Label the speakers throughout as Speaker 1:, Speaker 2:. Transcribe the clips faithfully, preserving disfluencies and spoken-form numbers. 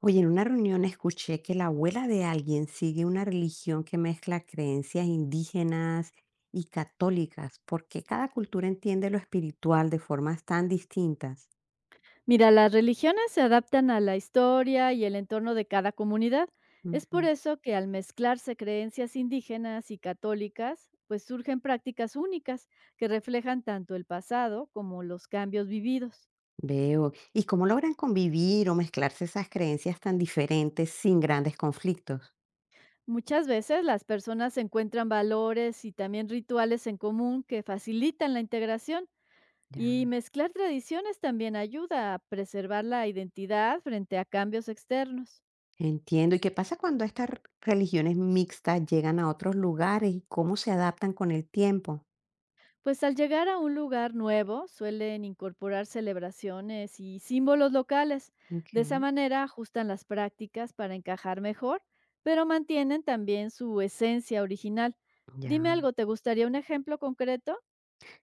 Speaker 1: Oye, en una reunión escuché que la abuela de alguien sigue una religión que mezcla creencias indígenas y católicas. ¿Por qué cada cultura entiende lo espiritual de formas tan distintas?
Speaker 2: Mira, las religiones se adaptan a la historia y el entorno de cada comunidad. Es por
Speaker 1: Ujú.
Speaker 2: eso que al mezclarse creencias indígenas y católicas, pues surgen prácticas únicas que reflejan tanto el pasado como los cambios vividos.
Speaker 1: Veo. ¿Y cómo logran convivir o mezclarse esas creencias tan diferentes sin grandes conflictos?
Speaker 2: Muchas veces las personas encuentran valores y también rituales en común que facilitan la integración y
Speaker 1: Ya.
Speaker 2: mezclar tradiciones también ayuda a preservar la identidad frente a cambios externos.
Speaker 1: Entiendo. ¿Y qué pasa cuando estas r- religiones mixtas llegan a otros lugares y cómo se adaptan con el tiempo?
Speaker 2: Pues al llegar a un lugar nuevo suelen incorporar celebraciones y símbolos locales.
Speaker 1: Ok.
Speaker 2: De esa manera ajustan las prácticas para encajar mejor, pero mantienen también su esencia original. Dime
Speaker 1: Ya.
Speaker 2: algo, ¿te gustaría un ejemplo concreto?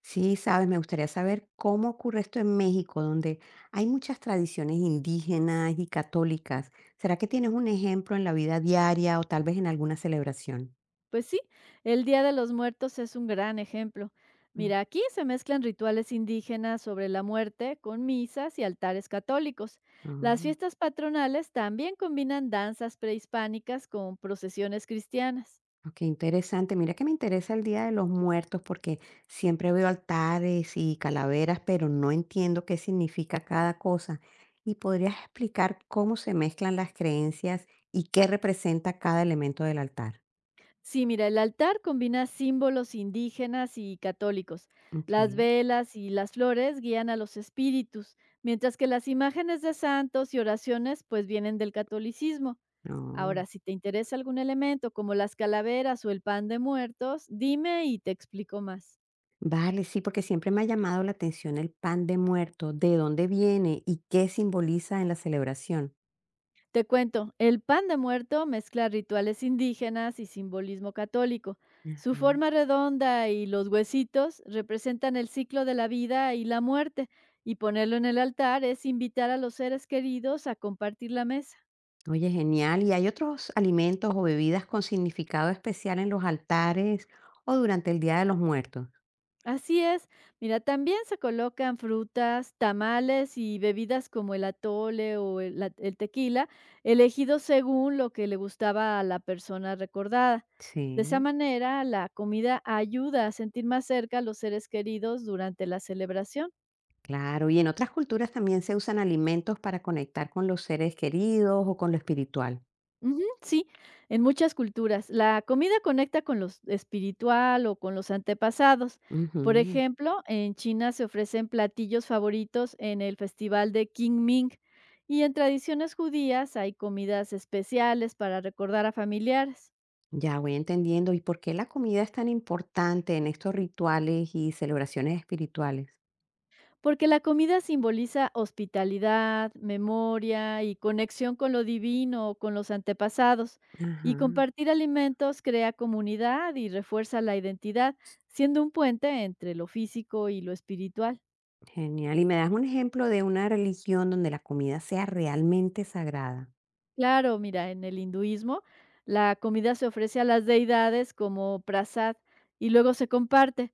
Speaker 1: Sí, sabes, me gustaría saber cómo ocurre esto en México, donde hay muchas tradiciones indígenas y católicas. ¿Será que tienes un ejemplo en la vida diaria o tal vez en alguna celebración?
Speaker 2: Pues sí, el Día de los Muertos es un gran ejemplo.
Speaker 1: Mm,
Speaker 2: Mira, aquí se mezclan rituales indígenas sobre la muerte con misas y altares católicos. Las
Speaker 1: ah,
Speaker 2: fiestas patronales también combinan danzas prehispánicas con procesiones cristianas.
Speaker 1: ok, interesante. Mira que me interesa el Día de los Muertos porque siempre veo altares y calaveras, pero no entiendo qué significa cada cosa. ¿Y podrías explicar cómo se mezclan las creencias y qué representa cada elemento del altar?
Speaker 2: Sí, mira, el altar combina símbolos indígenas y católicos.
Speaker 1: Ok.
Speaker 2: Las velas y las flores guían a los espíritus, mientras que las imágenes de santos y oraciones pues vienen del catolicismo.
Speaker 1: No.
Speaker 2: Ahora, si te interesa algún elemento como las calaveras o el pan de muertos, dime y te explico más.
Speaker 1: Vale, sí, porque siempre me ha llamado la atención el pan de muerto, de dónde viene y qué simboliza en la celebración.
Speaker 2: Te cuento, el pan de muerto mezcla rituales indígenas y simbolismo católico. Su
Speaker 1: Ajá.
Speaker 2: forma redonda y los huesitos representan el ciclo de la vida y la muerte, y ponerlo en el altar es invitar a los seres queridos a compartir la mesa.
Speaker 1: Oye, genial. ¿Y hay otros alimentos o bebidas con significado especial en los altares o durante el Día de los Muertos?
Speaker 2: Así es. Mira, también se colocan frutas, tamales y bebidas como el atole o el, la- el tequila, elegidos según lo que le gustaba a la persona recordada. De esa
Speaker 1: Sí.
Speaker 2: manera, la comida ayuda a sentir más cerca a los seres queridos durante la celebración.
Speaker 1: Claro, y en otras culturas también se usan alimentos para conectar con los seres queridos o con lo espiritual.
Speaker 2: Ujú, sí, en muchas culturas. La comida conecta con lo espiritual o con los antepasados. Por
Speaker 1: Ujú.
Speaker 2: ejemplo, en China se ofrecen platillos favoritos en el festival de Qingming y en tradiciones judías hay comidas especiales para recordar a familiares.
Speaker 1: Ya voy entendiendo. ¿Y por qué la comida es tan importante en estos rituales y celebraciones espirituales?
Speaker 2: Porque la comida simboliza hospitalidad, memoria y conexión con lo divino o con los antepasados. Y
Speaker 1: Ajá.
Speaker 2: compartir alimentos crea comunidad y refuerza la identidad, siendo un puente entre lo físico y lo espiritual.
Speaker 1: Genial. ¿Y me das un ejemplo de una religión donde la comida sea realmente sagrada?
Speaker 2: Claro, mira, en el hinduismo la comida se ofrece a las deidades como prasad y luego se comparte.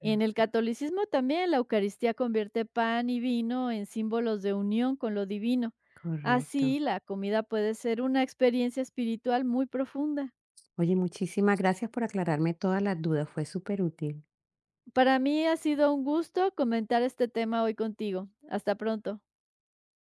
Speaker 2: En el
Speaker 1: Ah,
Speaker 2: catolicismo también la Eucaristía convierte pan y vino en símbolos de unión con lo divino.
Speaker 1: correcto.
Speaker 2: Así, la comida puede ser una experiencia espiritual muy profunda.
Speaker 1: Oye, muchísimas gracias por aclararme todas las dudas. Fue súper útil.
Speaker 2: Para mí ha sido un gusto comentar este tema hoy contigo. Hasta pronto.